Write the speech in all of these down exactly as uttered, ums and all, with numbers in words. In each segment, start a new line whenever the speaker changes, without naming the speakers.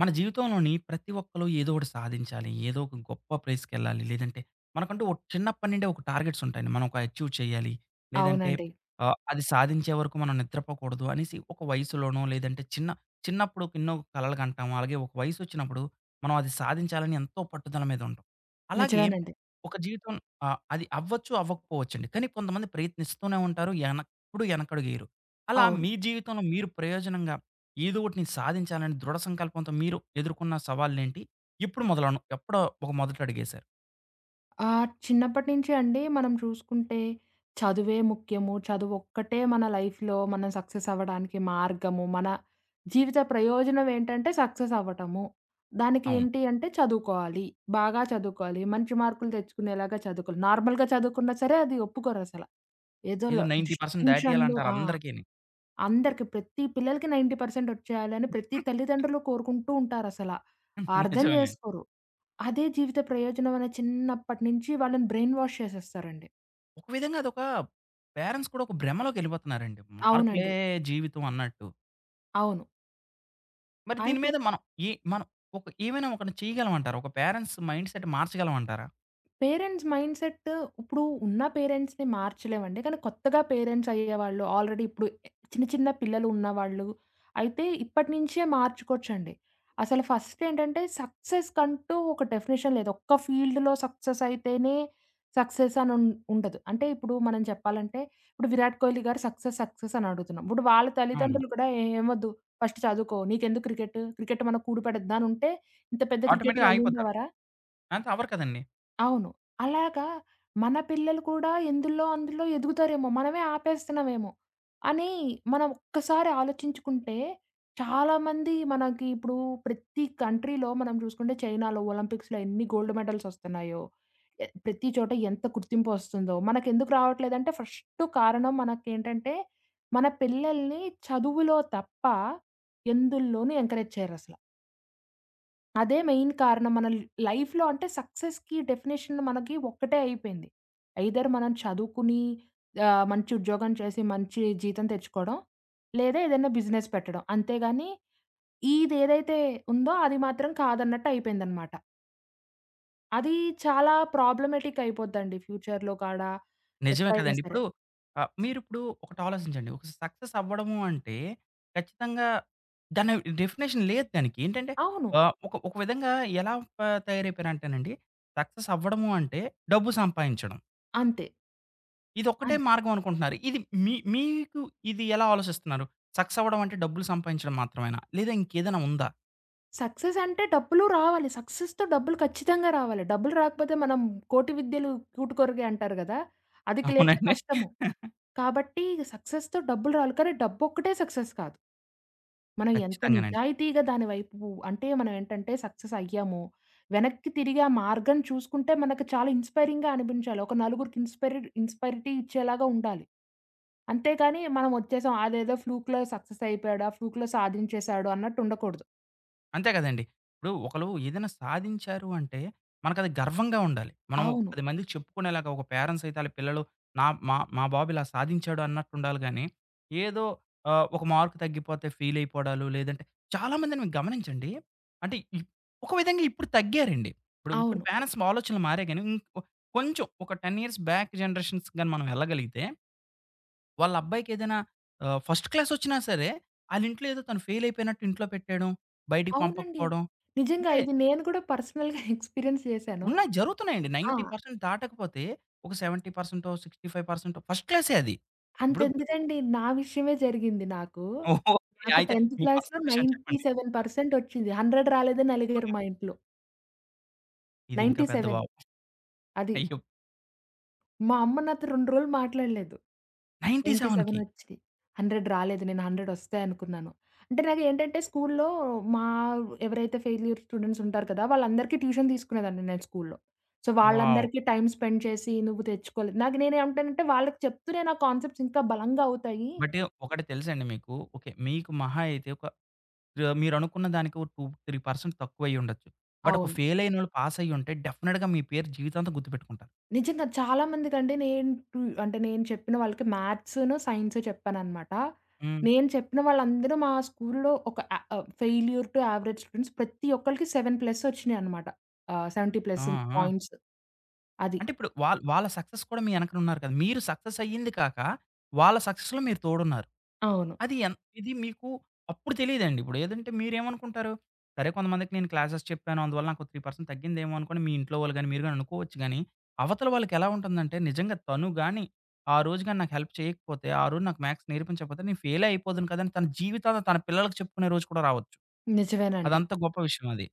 మన జీవితంలోని ప్రతి ఒక్కళ్ళు ఏదో ఒకటి సాధించాలి. ఏదో ఒక గొప్ప ప్లేస్‌కెళ్ళాలి. లేదంటే మనకంటూ ఒక చిన్నప్పటి నుండే ఒక టార్గెట్స్ ఉంటాయండి. మనం ఒక అచీవ్ చేయాలి. లేదంటే
అవునండి.
ఆహ్, అది సాధించే వరకు మనం నిద్రపోకూడదు అనేసి ఒక వయసులోనో లేదంటే చిన్న చిన్నప్పుడు ఎన్నో కలలు కంటాము. అలాగే ఒక వయసొచ్చినప్పుడు మనం అది సాధించాలని ఎంతో పట్టుదల మీద ఉంటాం. అలాగే
నిజమేనండి.
ఒక జీవితం ఆహ్, అది అవ్వచ్చు, అవ్వకపోవచ్చండి. కానీ కొంతమంది ప్రయత్నిస్తూనే ఉంటారు. ఎనెప్పుడు వెనకడుగేయరు. అలా
అవును.
మీ జీవితంలో మీరు ప్రయోజనంగా ఏదో ఒకటి నేను సాధించాలని దృఢ సంకల్పంతో మీరు ఎదుర్కొన్న సవాళ్ళేంటి? ఎప్పుడు మొదలవును ఎప్పుడో ఒక మొదట అడిగేశారు.
ఆహ్, చిన్నప్పటి నుంచి అండి మనం చూసుకుంటే చదువే ముఖ్యము. చదువొక్కటే మన లైఫ్‌లో మనం సక్సెస్ అవ్వడానికి మార్గము. మన జీవిత ప్రయోజనం ఏంటంటే సక్సెస్ అవ్వటము. దానికి
అవును.
ఏంటి అంటే చదువుకోవాలి. బాగా చదువుకోవాలి. మంచి మార్కులు తెచ్చుకునేలాగా చదువుకోవాలి. నార్మల్‌గా చదువుకున్నా సరే అది ఒప్పుకోరసల. ఏదో ల
ఏదో తొంభై శాతం
డిస్టింక్షన్‌లు
దాటేయాలంటారు
ఆ!
అందరికిని.
అందరికి ప్రతి పిల్లలకి తొంభై శాతం వచ్చేయాలని ప్రతి తల్లిదండ్రులు కోరుకుంటూ ఉంటారసల. అర్థం
నిజమేలెండి.
చేసుకోరు. అదే జీవిత ప్రయోజనం అనే చిన్నప్పటి నుంచి వాళ్ళని బ్రెయిన్ వాష్ చేసేస్తారండి.
ఒక విధంగా అదొక పేరెంట్స్ కూడా ఒక భ్రమలోకెళ్ళిపోతున్నారండి. మార్కులే
అవునండి.
జీవితం అన్నట్టు.
అవును.
మరి దీని
అయితే
మీద మనం ఏ మనం ఒక ఏమైనా ఒకటి చేయగలమంటారా? ఒక పేరెంట్స్ మైండ్‌సెట్ మార్చగలమంటారా?
పేరెంట్స్ మైండ్ సెట్ ఇప్పుడు ఉన్న పేరెంట్స్‌ని మార్చలేమండి. కానీ కొత్తగా పేరెంట్స్ అయ్యేవాళ్ళు ఆల్రెడీ ఇప్పుడు చిన్న చిన్న పిల్లలు ఉన్నవాళ్ళు అయితే ఇప్పటి నుంచే మార్చుకోవచ్చండి. అసలు ఫస్ట్ ఏంటంటే సక్సెస్ కంటూ ఒక డెఫినిషన్ లేదు. ఒక్క ఫీల్డ్‌లో సక్సెస్ అయితేనే సక్సెస్ అని ఉన్ ఉండదు. అంటే ఇప్పుడు మనం చెప్పాలంటే ఇప్పుడు 'విరాట్ కోహ్లీ' గారు సక్సెస్ సక్సెస్ అని అడుగుతున్నాం. ఇప్పుడు వాళ్ళ
అవును.
తల్లిదండ్రులు కూడా "ఏ- "ఏమొద్దు ఫస్ట్ చదువుకో. నీకెందుకు క్రికెట్? క్రికెట్ మన కూడు పెడద్దా" అని ఉంటే ఇంత పెద్ద క్రికెటర్
ఆటోమేటిక్‌గా ఆగిపోతారు.
అయ్యుండేవారా?
అంతే అవ్వరు కదండీ!
అవును. అలాగా మన పిల్లలు కూడా ఎందులో అందులో ఎదుగుతారేమో, మనమే ఆపేస్తున్నామేమో అని మనం ఒక్కసారి ఆలోచించుకుంటే చాలామంది మనకి ఇప్పుడు ప్రతి కంట్రీలో మనం చూసుకుంటే చైనాలో ఒలింపిక్స్‌లో ఎన్ని గోల్డ్ మెడల్స్ వస్తున్నాయో, ఎ ప్రతి చోట ఎంత గుర్తింపు వస్తుందో, మనకెందుకు రావట్లేదంటే ఫస్ట్ కారణం మనకేంటంటే మన పిల్లల్ని చదువులో తప్ప ఎందుల్లోనూ ఎంకరేజ్ చేయరసల. అదే మెయిన్ కారణం. మన ల్ లైఫ్‌లో అంటే సక్సెస్‌కి డెఫినేషన్ మనకి ఒక్కటే అయిపోయింది. ఐదర్ మనం చదువుకుని ఆహ్, మంచి ఉద్యోగం చేసి మంచి జీతం తెచ్చుకోవడం. లేదా ఏదైనా బిజినెస్ పెట్టడం. అంతేగాని ఇదేదైతే ఉందో అది మాత్రం కాదన్నట్టు అయిపోయిందనమాట. అది చాలా ప్రాబ్లమాటిక్ అయిపోద్దండి ఫ్యూచర్‌లో కాడా
నిజమే
ఎప్పుడైనా
కదండీ.
సరే.
ఇప్పుడు ఆహ్, మీరిప్పుడు ఒకటి ఆలోచించండి. ఒక సక్సెస్ అవ్వడము అంటే ఖచ్చితంగా దాని డెఫినేషన్ లేదు దానికి. ఏంటంటే
అవును.
ఆహ్, ఒక ఒక విధంగా ఎలా ప తయారైపోయారంటేనండి, సక్సెస్ అవ్వడము అంటే డబ్బు సంపాదించడం.
అంతే.
ఇదొక్కటే
అది
మార్గం అనుకుంటున్నారు. ఇది మీ మీకు ఇది ఎలా ఆలోచిస్తున్నారు? సక్సెస్ అవ్వడం అంటే డబ్బులు సంపాదించడం మాత్రమేనా? లేదా ఇంకేదైనా ఉందా?
సక్సెస్ అంటే డబ్బులు రావాలి. సక్సెస్‌తో డబ్బులు ఖచ్చితంగా రావాలి. డబ్బులు రాకపోతే మనం కోటి విద్యలు కూటుకొరిగే అంటారు గదా! అది క్ లేతే
అవునండి.
కష్టము. కాబట్టి సక్సెస్‌తో డబ్బులు రావాలి. కానీ డబ్బొక్కటే సక్సెస్ కాదు. మనం ఎంత
ఖచ్చితంగానండి.
నిజాయితీగా దాని వైపు అంటే మనం ఏంటంటే సక్సెస్ అయ్యాము. వెనక్కి తిరిగి ఆ మార్గం చూసుకుంటే మనకు చాలా ఇన్‌స్పైరింగ్‌గా అనిపించాలి. ఒక నలుగురికి ఇన్‌స్పైరిడ్ ఇన్‌స్పైరిటీ ఇచ్చేలాగా ఉండాలి. అంతేగాని మనం వచ్చేసాం అదేదో ఫ్లూక్‌లో సక్సెస్ అయిపోయాడు. ఆ ఫ్లూక్‌లో సాధించేసాడు అన్నట్టు ఉండకూడదు.
అంతే కదండీ. ఇప్పుడు ఒకళ్ళు ఏదైనా సాధించారు అంటే, మనకది గర్వంగా ఉండాలి. మనం ఒక
అవును.
పది మందికి చెప్పుకునేలాగా ఒక పేరెంట్స్ అయితే ఆళ్ళ పిల్లలు నా మా మా బాబు ఇలా సాధించాడు అన్నట్టుండాలి గానీ, ఏదో ఆహ్, ఒక మార్క్ తగ్గిపోతే ఫీల్ అయిపోవడాలు, లేదంటే చాలామందిని మీరు గమనించండి. అంటే ఇప్ ఒక విధంగా ఇప్పుడు తగ్గారండి. ఇప్పుడు ఇప్పుడు
అవును.
పేరెంట్స్ ఆలోచనలు మారాయి గానీ, ఇంకో కొంచెం ఒక పది ఇయర్స్ బ్యాక్ జనరేషన్స్ గాని మనం వెళ్ళగలిగితే వాళ్ళ అబ్బాయికేదైనా ఆహ్, ఫస్ట్ క్లాసొచ్చినా సరే, ఆళ్ళింట్లో ఏదో తను ఫెయిలయిపోయినట్టు ఇంట్లో పెట్టేయడం, బయటికి
అవునండి.
పంపకపోవడం.
నిజంగా
అంటే
ఇది నేను కూడా పర్సనల్‌గా ఎక్స్‌పీరియన్స్ చేశాను.
ఉన్నాయి జరుగుతున్నాయండి.
ఆ!
తొంభై శాతం దాటకపోతే ఒక డెబ్బై శాతం, అరవై అయిదు శాతం ఫస్ట్ క్లాసే అది. ఇప్పుడు
అంతెందుకండి నా విషయమే జరిగింది నాకు.
ఓహ్! ఓకే.
నాకు
అయితే
10థ్
మీ
క్లాస్‌లో
పర్సనల్ విషయం చెప్పండి. ఆ!
తొంభై ఏడు శాతం వచ్చింది. వంద రాలేదని అలిగారు మా ఇంట్లో.
ఇదింకా పెద్ద
తొంభై ఏడు
బాబు.
అది.
అయ్యో!
మా అమ్మ నాతో రెండు రోజులు మాట్లాడలేదు. తొంభై ఏడు
97కి
వచ్చింది. వంద రాలేదు. నేను వంద వస్తాయనుకున్నాను. అంటే నాకేంటంటే స్కూల్లో మా ఎవరైతే ఫెయిల్యూర్ స్టూడెంట్స్ ఉంటారు కదా! వాళ్ళందరికీ ట్యూషన్ తీసుకునేదాన్ని నేను స్కూల్లో. So,
wow!
వాళ్ళందరికీ టైమ్ స్పెండ్ చేసి నువ్వు తెచ్చుకోలేదు. నాకు నేనేమంటానంటే వాళ్ళకి చెప్తూనే నా కాన్సెప్ట్స్ ఇంకా బలంగా అవుతాయి.
బట్ ఒకటి తెలుసండి మీకు. ఓకే. మీకు మహా అయితే ఒక ఆహ్, మీరనుకున్న దానికి ఒక రెండు, మూడు శాతం తక్కువయ్యుండొచ్చు. బట్ ఒక
అవును.
ఫెయిలయినోళ్ళు పాసయ్యుంటే డెఫినిట్‌గా మీ పేరు జీవితాంతం గుర్తుపెట్టుకుంటారు.
నిజంగా చాలా మందికంటే నేను టు అంటే నేను చెప్పిన వాళ్ళకి మ్యాథ్స్‌ను, సైన్సు చెప్పాననమాట.
హ్మ్.
నేను చెప్పిన వాళ్ళందరూ మా స్కూల్‌లో ఒక య ఆహ్, ఫెయిల్యూర్ టు యావరేజ్ స్టూడెంట్స్ ప్రతి ఒక్కళ్ళకి ఏడు ప్లస్ వచ్చినాయనమాట. ఆహ్, డెబ్భై
ఆ!
ప్లస్
ఆ!
పాయింట్స్. అది.
అంటే ఇప్పుడు వాళ్ వాళ్ళ సక్సెస్ కూడా మీ వెనకన ఉన్నారు కదా! మీరు సక్సెస్ అయ్యింది కాక, వాళ్ళ సక్సెస్‌లో మీరు తోడున్నారు.
అవును.
అది ఎన్ ఇది మీకు అప్పుడు తెలీదండి. ఇప్పుడు ఏదంటే మీరేమనుకుంటారు, సరే కొంతమందికి నేను క్లాసెస్ చెప్పాను. అందువల్ల నాకు మూడు శాతం తగ్గిందేమో అనుకోని మీ ఇంట్లో వాళ్ళు గాని, మీరు గాని అనుకోవచ్చు గాని, అవతల వాళ్ళకి ఎలా ఉంటుందంటే నిజంగా తను గాని, ఆ రోజు గాని నాకు హెల్ప్ చేయకపోతే, ఆ రోజు నాకు మ్యాథ్స్ నేర్పించకపోతే నేను ఫెయిలే అయిపోదును కదా! అని తన జీవితాంతం తన పిల్లలకి చెప్పుకునే రోజు కూడా రావచ్చు.
నిజమేనండి.
అదంత గొప్ప విషయం అది.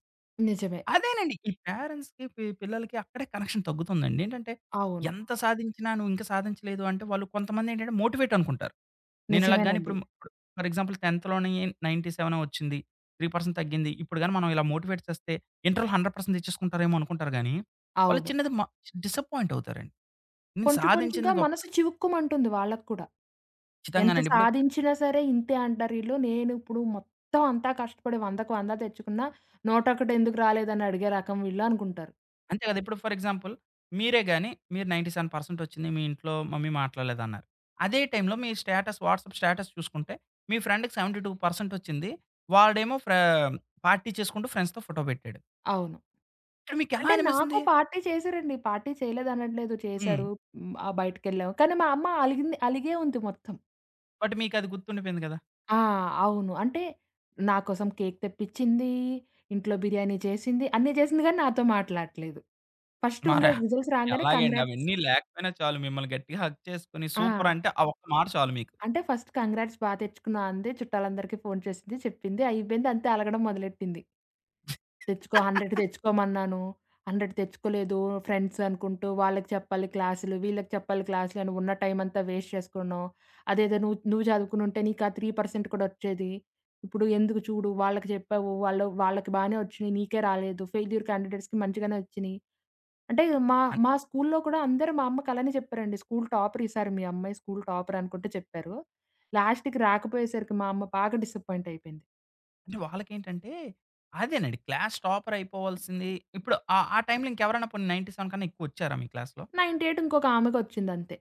నిజమే.
అదేనండి. ఈ పేరెంట్స్‌కి, పి పిల్లలకి అక్కడే కనెక్షన్ తగ్గుతుందండి. ఏంటంటే,
అవును.
ఎంత సాధించినా నువ్వు ఇంకా సాధించలేదు అంటే, వాళ్ళు కొంతమందేంటంటే మోటివేట్ అనుకుంటారు. నేను ఇలా గాని
నిజమేనండి.
ఇప్పుడు ఇప్పుడు ఫర్ ఎగ్జాంపుల్ 10థ్‌లోని తొంభై ఏడు వచ్చింది. మూడు శాతం తగ్గింది. ఇప్పుడు గాని మనం ఇలా మోటివేట్ చేస్తే ఇంటర్‌లో వంద శాతం తెచ్చేసుకుంటారేమో అనుకుంటారు గానీ, వాళ్ళు
అవును.
చిన్నది మ డిసప్పాయింట్ అవుతారండి. నేను
కొంచెం కొంచెంగా
సాధించింది గొప్ప
మనసు చివుక్కుమంటుంది వాళ్ళకి కూడా. ఎంత
ఖచ్చితంగానండి. ఇప్పుడు
సాధించినా సరే ఇంతే అంటారీళ్ళు. నేనిప్పుడు మొత్తం అంతా కష్టపడి 100కి వంద తెచ్చుకున్నా, నూటొకటి ఎందుకు రాలేదని అడిగే రకం వీళ్ళు అనుకుంటారు.
అంతే కదా! ఇప్పుడు ఫర్ ఎగ్జాంపుల్ మీరే గాని మీరు తొంభై ఏడు శాతం వచ్చింది మీ ఇంట్లో మమ్మీ మాట్లాడలేదన్నారు. అదే టైమ్‌లో మీ స్టేటస్ వాట్సాప్ స్టేటస్ చూసుకుంటే మీ ఫ్రెండ్‌కి డెబ్బై రెండు శాతం వచ్చింది. వాడేమో ఫ్రా పార్టీ చేసుకుంటూ ఫ్రెండ్స్‌తో ఫోటో పెట్టాడు.
అవును.
ఇక్కడ మీకెలా
అంటే నాకు
అనిపిస్తుంది?
పార్టీ చేశారండి. పార్టీ చేయలేదనట్లేదు
హ్మ్.
చేశారు. హ్మ్. ఆహ్, బయటికెళ్ళాం. కానీ మా అమ్మ అలిగింది అలిగే ఉంది మొత్తం.
బట్ మీకది గుర్తుండిపోయింది కదా!
ఆ! అవును. అంటే నా కోసం కేక్ తెప్పించింది. ఇంట్లో బిర్యానీ చేసింది. అన్నీ చేసింది గానీ నాతో మాట్లాడట్లేదు. ఫస్ట్
మరా
ఉండేది రిజల్ట్స్ రాంగానే
ఎలాగండి
కంగ్రాట్స్
అవన్నీ లేకపోయినా చాలు మిమ్మల్ని గట్టిగా హగ్ చేసుకొని
ఆ!
సూపర్ అంటే ఆ ఒక్క మాట చాలు మీకు.
అంటే ఫస్ట్ కంగ్రాట్స్ బా తెచ్చుకున్నావు అంది. చుట్టాలందరికీ ఫోను చేసింది. చెప్పింది. అయిపోయింది. అంతే అలగడం మొదలెట్టింది. తెచ్చుకో వంద తెచ్చుకోమన్నాను. వంద తెచ్చుకోలేదు. ఫ్రెండ్స్ అనుకుంటూ వాళ్ళకి చెప్పాలి క్లాసులు, వీళ్ళకి చెప్పాలి క్లాసులు అని ఉన్న టైం అంతా వేస్ట్ చేసుకున్నావు. అదేదో నువ్వు నువ్వు చదువుకునుంటే నీకా మూడు శాతం కూడా వచ్చేది. ఇప్పుడు ఎందుకు చూడు వాళ్ళకి చెప్పావు. వాళ్ళు వాళ్ళకి బానే వచ్చినియి. నీకే రాలేదు. ఫెయిల్యూర్ క్యాండిడేట్స్‌కి మంచిగానే వచ్చినియి. అంటే మా మా స్కూల్లో కూడా అందరూ మా అమ్మకి అలానే చెప్పారండి. "స్కూల్ టాపర్ ఈసారి మీ అమ్మాయి స్కూల్ టాపర్" అనుకుంట చెప్పారు. లాస్ట్‌కి రాకపోయేసరికి మా అమ్మ బాగా డిసప్పాయింట్ అయిపోయింది.
అంటే వాళ్ళకేంటంటే అదేనండి. క్లాస్ టాపర్ అయిపోవాల్సింది ఇప్పుడు ఆ ఆ టైంలో ఇంకెవరైనా పోనీ తొంభై ఏడు కన్నా ఎక్కువొచ్చారా మీ క్లాస్‌లో?
తొంభై ఎనిమిది ఇంకొక ఆమెకొచ్చిందంతే.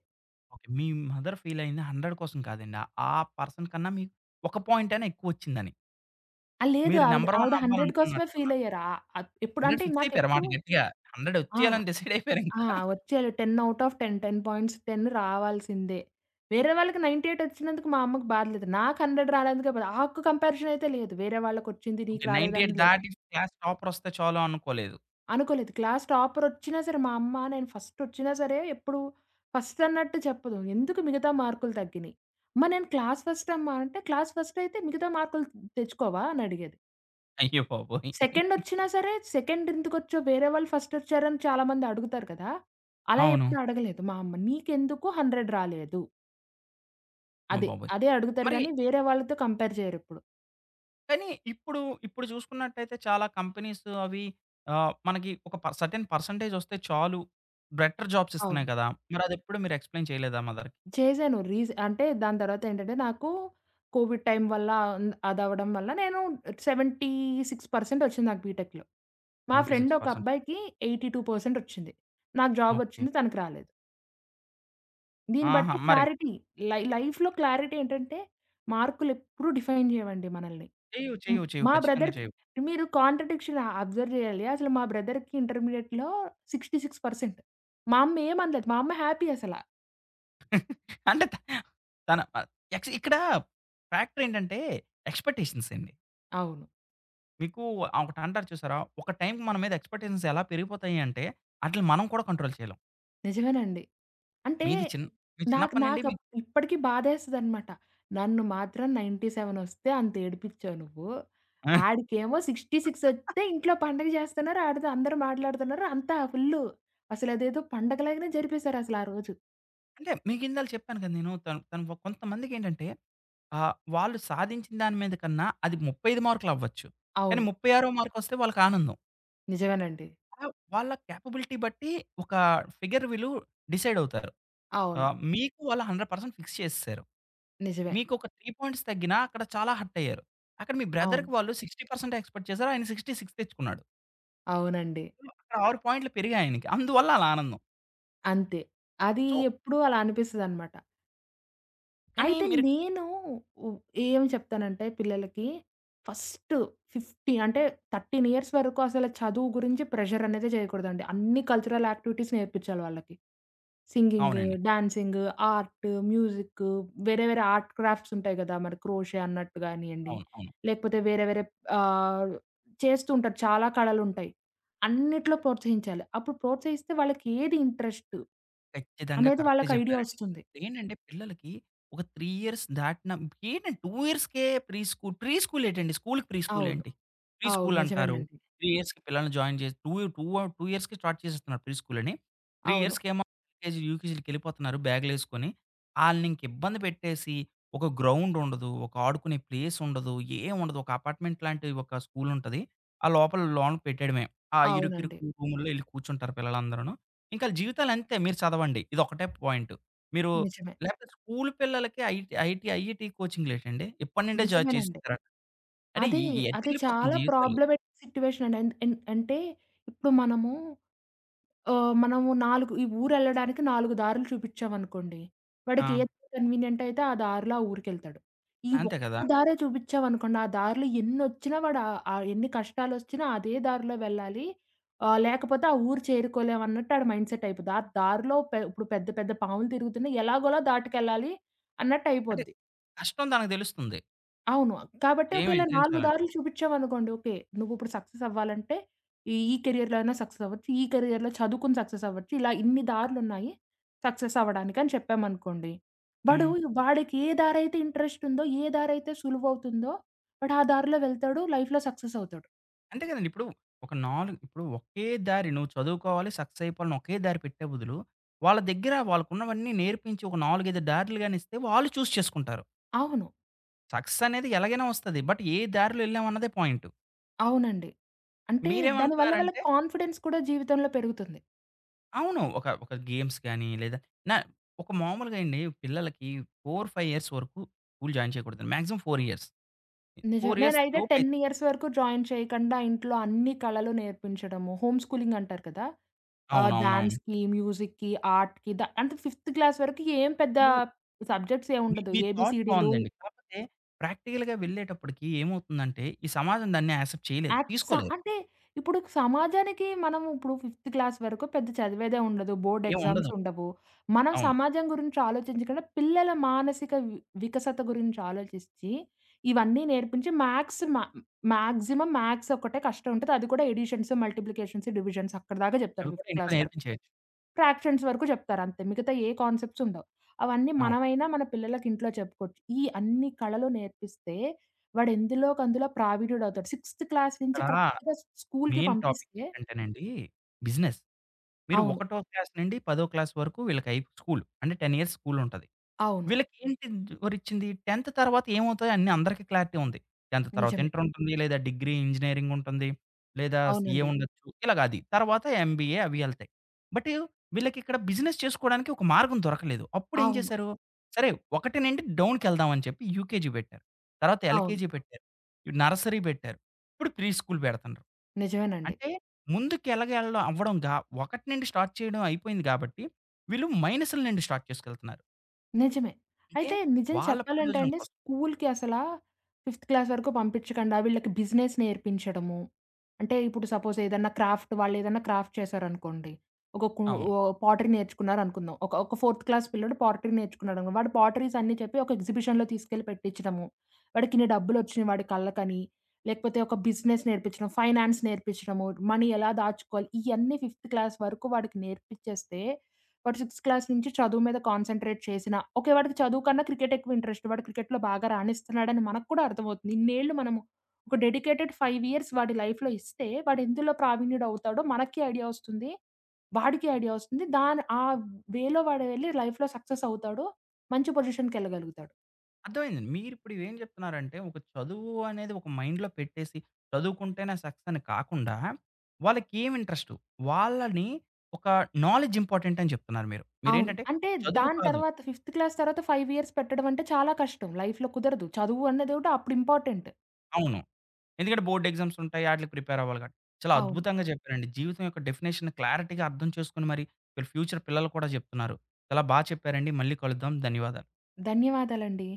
ఓకే. మీ మదర్ ఫీల్ అయింది వంద కోసం కాదండి. ఆ పర్సన్ కన్నా మీకు ఒక పాయింట్ అయినా ఎక్కువొచ్చిందని.
ఆ! లేదు
మీరు
ఆవిడ
నంబర్ వన్
ఆవిడ వంద కోసమే ఫీల్
అవ్వాలనుకున్నట్టున్నారు.
అయ్యారు. ఆహ్, అప్ ఎప్పుడు
వంద
అంటే
ఫిక్స్ అయిపోయారు మాట
నాకెప్పుడు
గట్టిగా. వంద
ఆ!
వచ్చేయాలని డిసైడ్ అయిపోయారింక.
ఆ! వచ్చేయాలి పది ఔట్ ఆఫ్ పది, పది పాయింట్స్ పది రావాల్సిందే. వేరే వాళ్ళకి తొంభై ఎనిమిది వచ్చినందుకు మా అమ్మకి బాధ లేదు. నాకు వంద రానందుకే బాధ. ఆ ఒక్క కంపారిజన్ అయితే లేదు. వేరే వాళ్ళకొచ్చింది
ఓకే.
నీకు రాలేదని
తొంభై ఎనిమిది
లేదు.
దాటి క్లాస్ టాపర్ వస్తే చాలు అనుకోలేదు.
అనుకోలేదు. క్లాస్ టాపరొచ్చినా సరే, మా అమ్మ నేను ఫస్టొచ్చినా సరే, ఎప్పుడు ఫస్ట్ అన్నట్టు చెప్పదు. ఎందుకు మిగతా మార్కులు తగ్గినయి? అమ్మ నేను క్లాస్ ఫస్ట్ అమ్మ అంటే, "క్లాస్ ఫస్ట్ అయితే మిగతా మార్కులు తెచ్చుకోవా?" అని అడిగేది.
అయ్య బాబోయ్!
సెకండొచ్చినా సరే, "సెకండ్ ఎందుకొచ్చావు? వేరే వాళ్ళు ఫస్టొచ్చారని" చాలా మంది అడుగుతారు కదా! అలా
అవును.
ఎప్పుడు అడగలేదు మా అమ్మ. "నీకెందుకు వంద రాలేదు?"
అమ్మ
అదే.
బాబోయ్!
అదే అడుగుతారు
మరి
గానీ, వేరే వాళ్ళతో కంపేర్ చేయరెప్పుడు.
కానీ ఇప్పుడు, ఇప్పుడు చూసుకున్నట్టయితే చాలా కంపెనీస్ అవి ఆహ్, మనకి ఒక పర్ సెర్టైన్ పర్సెంటేజ్ వస్తే చాలు. బెటర్ జాబ్స్ ఇస్తున్నాయి
అవును.
కదా! మరదెప్పుడు మీరు ఎక్స్‌ప్లెయిన్ చేయలేదా మదర్‌కి?
చేశాను. రీస్ అంటే దాని తర్వాతేంటంటే నాకు కోవిడ్ టైం వల్ల అన్ అదవ్వడం వల్ల నేను డెబ్భై ఆరు శాతం ఒచ్చింది నాకు బీటెక్‌లో. మా ఫ్రెండ్ ఒక
డెబ్బై ఆరు శాతం
అబ్బాయికి ఎనభై రెండు శాతం ఒచ్చింది. నాకు
ఓకే.
జాబొచ్చింది. తనకి రాలేదు. దీన్ని
ఆహా!
బట్టి
మరి
క్లారిటీ లై లైఫ్‌లో క్లారిటీ ఏంటంటే మార్కులెప్పుడూ డిఫైన్ చేయవండి మనల్ని.
చెయ్యవు,
హ్మ్.
చెయ్యవు, చెయ్యవు.
మా
ఖచ్చితంగా
బ్రదర్‌కి
చెయ్యవు.
మీరు కాంట్రడిక్షన్ అబ్జర్వ్ చేయాలి. అసలు మా బ్రదర్‌కి ఇంటర్మీడియేట్‌లో అరవై ఆరు శాతం మా అమ్మ ఏమనలేదు. మా అమ్మ హ్యాపీ అసల.
అంటే త తన ఆహ్, ఎక్స్ ఇక్కడ ఫ్యాక్టర్ ఏంటంటే ఎక్స్‌పెక్టేషన్స్ అండి.
అవును.
మీకు ఆహ్, ఒకటి అంటారు చూసారా? ఒక టైంకి మన మీద ఎక్స్‌పెక్టేషన్స్ ఎలా పెరిగిపోతాయి అంటే, ఆటిలిని మనం కూడా కంట్రోల్ చేయలేం.
నిజమేనండి. అంటే
మీది చిన్ మీ
నాకు
చిన్నప్పటి నుండి మీ
నాకప్ ఇప్పటికి బాధేస్తదనమాట. నన్ను మాత్రం తొంభై ఏడు వస్తే అంత ఏడిపిచ్చావు నువ్వు. ఆడికేమో అరవై ఆరు వస్తే ఇంట్లో పండగ జేస్తున్నారు. ఆడితో అందరూ మాట్లాడుతున్నారు. అంతా ఫుల్లు. అసలదేదో పండగలాగానే జరిపేశారసల ఆ రోజు.
అంటే మీకిందాల చెప్పాను కదా! నేను తను తను కొంతమందికేంటంటే ఆహ్, వాళ్ళు సాధించిన దాని మీద కన్నా అది ముప్పై అయిదు మార్కులవ్వచ్చు. కానీ
అవును.
ముప్పై ఆరు మార్కొస్తే వాళ్ళకి ఆనందం.
నిజమేనండి.
అలా వాళ్ళ కేపబిలిటీ బట్టి ఒక ఫిగర్ వీళ్ళు డిసైడ్ అవుతారు.
అవును.
ఆహ్, మీకు వాళ్ళు వంద శాతం ఫిక్స్ చేసేసారు.
నిజమే.
మీకు ఒక మూడు పాయింట్స్ తగ్గినా అక్కడ చాలా హర్ట్ అయ్యారు. అక్కడ మీ
అవును.
బ్రదర్‌కి వాళ్ళు అరవై శాతం ఎక్స్‌పెక్ట్ చేసారు. ఆయన అరవై ఆరు తెచ్చుకున్నాడు.
అవునండి.
సో, అక్కడ ఆరు పాయింట్లు పెరిగాయి ఆయనకి. అందువల్ల అలా ఆనందం.
అంతే. అది
సో,
ఎప్పుడూ అలా అనిపిస్తదనమాట.
కానీ
అయితే
మీరు
నేను ఉ ఏం చెప్తానంటే పిల్లలకి ఫస్ట్ యాభై అంటే పదమూడు ఇయర్స్ వరకు అసలు చదువు గురించి ప్రెషర్ అనేదే చేయకూడదండి. అన్ని కల్చరల్ యాక్టివిటీస్ నేర్పించాలి వాళ్ళకి. సింగింగ్,
అవునండి.
డాన్సింగ్, ఆర్ట్, మ్యూజిక్ వేరే వేరే ఆర్ట్ క్రాఫ్ట్స్ ఉంటాయి గదా! మరి క్రోషే అన్నట్టు గానియండి,
అవును. అవును.
లేకపోతే వేరే వేరే ఆహ్, చేస్తూ ఉంటారు. చాలా కళలుంటాయి. అన్నిట్లో ప్రోత్సహించాలి. అప్పుడు ప్రోత్సహిస్తే వాళ్ళకి ఏది ఇంట్రెస్ట్
ఖచ్చితంగా.
అనేది
కరెక్టే
వాళ్ళకి ఐడియా
జెప్పారండి.
వస్తుంది.
ఏంటంటే పిల్లలకి ఒక మూడు ఇయర్స్ దాటిన ఏంటండి రెండు ఇయర్స్‌కే ప్రీ స్కూల్. ప్రీ స్కూల్ ఏటండి? స్కూల్‌కి ప్రీ స్కూల్
అవును.
ఏంటి? ప్రీ
అవును.
స్కూల్ అంటారు.
నిజమేనండి.
మూడు ఇయర్స్‌కి పిల్లల్ని జాయిన్ చేసి టూ టూ రెండు ఇయర్స్‌కి స్టార్ట్ చేసేస్తున్నారు ప్రీ స్కూల్ అని. మూడు
అవును.
ఇయర్స్‌కేమో ఎల్‌కేజీ, యూకేజీలకెళ్ళిపోతున్నారు బ్యాగులేసుకొని. ఆళ్ళని ఇంక ఇబ్బంది పెట్టేసి ఒక గ్రౌండ్ ఉండదు. ఒక ఆడుకునే ప్లేస్ ఉండదు. ఏం ఉండదు. ఒక అపార్ట్మెంట్ లాంటి ఒక స్కూల్ ఉంటది. ఆ లోపల లోన పెట్టేయడమే. ఆ
అవునండి.
ఇరుకిరుకు రూముల్లో ఎళ్లి కూర్చుంటారు పిల్లలందరూను. ఇంకా ఆళ్ళ జీవితాలంతే. మీరు చదవండి. ఇదొక్కటే పాయింట్. మీరు
నిజమే.
లేకపోతే స్కూల్ పిల్లలకి ఐటీ, ఐటీ, ఐఐటీ కోచింగ్‌లేటండి. ఇప్పటి నుండే జాయిన్
నిజమేనండి.
చేసేస్తారా? అంటే
అదే.
ఈ ఈ
అదే
ఎటెళ్ళిపోతుంది
చాలా
జీవితాలు.
ప్రాబ్లమాటిక్ సిట్యుయేషన్ అండి. అన్ అన్ అంటే ఇప్పుడు మనము ఆహ్, మనము నాలుగు ఈ ఊరెళ్ళడానికి నాలుగు దారులు చూపిచ్చామనుకోండి.
ఆ!
వాడికి ఏ కన్వీనియంట్ అయితే ఆ దారిలో ఆ ఊరికెళ్తాడు. ఈ
అంతే కదా!
ఒక్క దారే చూపిచ్చామనుకోండి, ఆ దారిలో ఎన్నొచ్చినా వాడు ఆహ్, ఆహ్, ఎన్ని కష్టాలొచ్చినా అదే దారిలో వెళ్ళాలి. ఆహ్, లేకపోతే ఆ ఊరు చేరుకోలేం అన్నట్టు ఆడి మైండ్ సెట్ అయిపోద్ది. ఆ దారిలో పె ఇప్పుడు పెద్ద పెద్ద పాములు తిరుగుతున్నా ఎలాగోలా దాటుకెళ్ళాలి
అంటే
అన్నట్టయిపోద్ది.
కష్టం తనకు తెలుస్తుంది.
అవును. కాబట్టి
ఏమి
ఒకేళ నాలుగు
ఎదిరించాలని.
దారులు చూపిచ్చావనుకోండి. ఓకే. నువ్విప్పుడు సక్సెస్ అవ్వాలంటే ఈ ఈ కెరియర్‌లో అయినా సక్సెస్ అవ్వచ్చు. ఈ కెరియర్‌లో చదువుకొని సక్సెస్ అవ్వచ్చు. ఇలా ఇన్ని దారులున్నాయి సక్సెస్ అవ్వడానికి అని చెప్పామనుకోండి. వాడు
హ్మ్.
వాడికి ఏ దారైతే ఇంట్రెస్ట్ ఉందో, ఏ దారైతే సులువవుతుందో వాడు ఆ దారిలో వెళ్తాడు. లైఫ్‌లో సక్సెస్ అవుతాడు.
అంతే కదండీ. ఇప్పుడు ఒక నాలుగు ఇప్పుడు ఒకే దారి నువ్వు చదువుకోవాలి, సక్సెస్ అయిపోవాలని ఒకే దారి పెట్టే బదులు, వాళ్ళ దగ్గర వాళ్ళకున్నవన్నీ నేర్పించి ఒక నాలుగు, అయిదు దారులు గాని ఇస్తే వాళ్ళు చూస్ చేసుకుంటారు.
అవును.
సక్సెస్ అనేది ఎలాగైనా వస్తది. బట్ ఏ దారిలో ఎళ్ళామన్నదే పాయింట్.
అవునండి. అంటే దానివల్ల వాళ్ళకి
మీరేమంటున్నారంటే
కాన్ఫిడెన్స్ కూడా జీవితంలో పెరుగుతుంది.
అవును. ఒక, ఒక గేమ్స్ గాని లేదా నా ఒక మామూలుగా అండి పిల్లలకి నాలుగు, అయిదు ఇయర్స్ వరకు స్కూల్ జాయిన్ చేయకూడదండి. మాక్సిమం నాలుగు ఇయర్స్.
నిజం.
నాలుగు ఇయర్స్
నేనైతే పది
లోపయితే
ఇయర్స్ వరకు జాయిన్ చేయకుండా ఇంట్లో అన్ని కళలు నేర్పించడము, హోమ్ స్కూలింగ్ అంటారు కదా! ఆహ్,
అవునవునవును.
డాన్స్‌కి, మ్యూజిక్‌కి, ఆర్ట్‌కి ద అంటే ఫిఫ్త్ క్లాస్ వరకు ఏం పెద్ద సబ్జెక్ట్స్
మీ
ఏముండదు.
మీ థాట్
ఏబీసీడీలు
బావుందండి. కాకపోతే ప్రాక్టికల్‌గా వెళ్ళేటప్పటికి ఏమవుతుందంటే ఈ సమాజం దాన్ని యాక్సెప్ట్ చేయలేదు.
యాక్స
తీసుకోలేదు.
అంటే ఇప్పుడు సమాజానికి మనం ఇప్పుడు ఫిఫ్త్ క్లాస్ వరకు పెద్ద చదివేదే ఉండదు. బోర్డ్
ఏం
ఎగ్జామ్స్
ఉండదు.
ఉండవు. మనం
అవును.
సమాజం గురించి ఆలోచించకుండా పిల్లల మానసిక వి వికసత గురించి ఆలోచించి ఇవన్నీ నేర్పించి మ్యాథ్స్ మ మాక్సిమం మ్యాథ్స్ ఒక్కటే కష్టం ఉంటది. అది కూడా అడిషన్స్, మల్టిప్లికేషన్స్, డివిజన్స్ అక్కడి దాకా చెప్తారు
అవి కూడా
ఫిఫ్త్
ఇంట్లో
క్లాస్ వరకయితే.
నేర్పించేయొచ్చు.
ఫ్రాక్షన్స్ వరకు చెప్తారు అంతే. మిగతా ఏ కాన్సెప్ట్స్ ఉండవు. అవన్నీ
అవును.
మనమైనా మన పిల్లలకి ఇంట్లో చెప్పుకోవచ్చు. ఈ అన్ని కళలు నేర్పిస్తే వాడు ఎందులోకందులో ప్రావీణ్యుడవుతాడు. సిక్స్త్ క్లాస్ నుంచి
ఇక్కడ
కరెక్ట్‌గా స్కూల్‌కి
మెయిన్ టాపిక్
పంపిస్తే
ఏంటంటేనండి బిజినెస్. మీరు
అవును.
ఒకటో క్లాస్ నుండి పది క్లాస్ వరకు వీళ్ళకి అయి స్కూల్. అంటే పది ఇయర్స్ స్కూల్ ఉంటది.
అవును.
వీళ్ళకేంటి వరిచ్చింది 10థ్ తర్వాత ఏమవుతాయో అన్నీ అందరికీ క్లారిటీ ఉంది. 10థ్ తర్వాత
నిజమే.
ఇంటర్ ఉంటుంది. లేదా డిగ్రీ, ఇంజినీరింగ్ ఉంటుంది. లేదా సీఏ
అవునండి.
ఉండొచ్చు. ఇలాగ అది. తర్వాత ఎంబీఏ అవి ఎళ్తాయి. బట్ వీళ్ళకిక్కడ బిజినెస్ చేసుకోవడానికి ఒక మార్గం దొరకలేదు. అప్పుడేం
అవును.
చేశారు? సరే ఒకటి నుండి డౌన్‌కెళ్దాం అని చెప్పి యూకేజీ పెట్టారు. తర్వాత
అవును.
ఎల్‌కేజీ పెట్టారు. నర్సరీ పెట్టారు. ఇప్పుడు ప్రీ స్కూల్ పెడుతున్నారు.
నిజమేనండి.
అంటే ముందుకెలాగెళ్ళడం అవ్వడంగా ఒకటి నుండి స్టార్ట్ చేయడం అయిపోయింది కాబట్టి వీళ్ళు మైనస్‌ల నుండి స్టార్ట్ చేసుకెళ్తున్నారు.
నిజమే.
అంటే
అయితే నిజం
వాళ్ళ
చెప్పాలంటే
ప్రయోజనం ఓకే.
అండి
కోసం.
స్కూల్‌కి అసలా 5థ్ క్లాస్ వరకు పంపించకండా వీళ్ళకి బిజినెస్ నేర్పించడము. అంటే ఇప్పుడు సపోజ్ ఏదన్నా క్రాఫ్ట్ వాళ్ళేదన్నా క్రాఫ్ట్ చేశారనుకోండి. ఒక కు
అవును.
ఓహ్! పాటరీ నేర్చుకున్నారనుకుందాం. ఒక ఒక 4థ్ క్లాస్ పిల్లోడు పాటరీ నేర్చుకున్నాడనుకో వాడు పాటరీస్ అన్నీ చెప్పి ఒక ఎగ్జిబిషన్‌లో తీసుకెళ్ళి పెట్టించడము. వాడికిన్ని డబ్బులొచ్చినాయి వాడి కళ్ళకని. లేకపోతే ఒక బిజినెస్ నేర్పించడం, ఫైనాన్స్ నేర్పించడము, మనీ ఎలా దాచుకోవాలి ఇయన్నీ 5థ్ క్లాస్ వరకు వాడికి నేర్పించేస్తే వాడు 6థ్ క్లాస్ నుంచి చదువు మీద కాన్సంట్రేట్ చేసినా, ఓకే. వాడికి చదువు కన్నా క్రికెట్ ఎక్కువ ఇంట్రెస్ట్. వాడు క్రికెట్‌లో బాగా రాణిస్తున్నాడని మనకు కూడా అర్థమవుతుంది. ఇన్నేళ్ళు మనము ఒక డెడికేటెడ్ ఐదు ఇయర్స్ వాడి లైఫ్‌లో ఇస్తే, వాడు ఎందులో ప్రావీణ్యుడవుతాడో మనకి ఐడియా వస్తుంది. వాడికి ఐడియా వస్తుంది. దాని ఆ వేలో వాడు వెళ్లి లైఫ్‌లో సక్సెస్ అవుతాడు. మంచి పొజిషన్‌కెళ్ళగలుగుతాడు.
అర్థమైందండి. మీరిప్పుడు ఇవేం చెప్తున్నారంటే, ఒక చదువు అనేది ఒక మైండ్‌లో పెట్టేసి, చదువుకుంటేనే సక్సెస్ అని కాకుండా, వాళ్ళకేం ఇంట్రెస్టు? వాళ్ళని ఒక నాలెడ్జ్ ఇంపార్టెంట్ అని చెప్తున్నారు మీరు.
అవును.
మీరేంటంటే
అంటే
చదువు
దాని
కాదు
తర్వాత 5థ్ క్లాస్ తర్వాత ఐదు ఇయర్స్ పెట్టడం అంటే చాలా కష్టం. లైఫ్‌లో కుదరదు. చదువు అన్నదోటి అప్పుడు ఇంపార్టెంట్.
అవును. ఎందుకంటే బోర్డ్ ఎగ్జామ్స్ ఉంటాయి. ఆటిలకి ప్రిపేర్ అవ్వాలి కాబట్టి. చాలా
అవును.
అద్భుతంగా చెప్పారండి. జీవితం యొక్క డెఫినిషన్ క్లారిటీగా అర్థం చేసుకొని మరి, వీళ్ళ ఫ్యూచర్ పిల్లలు కూడా చెప్తున్నారు. చాలా బా చెప్పారండి. మళ్ళీ కలుద్దాం. ధన్యవాదాలు.
ధన్యవాదాలండి.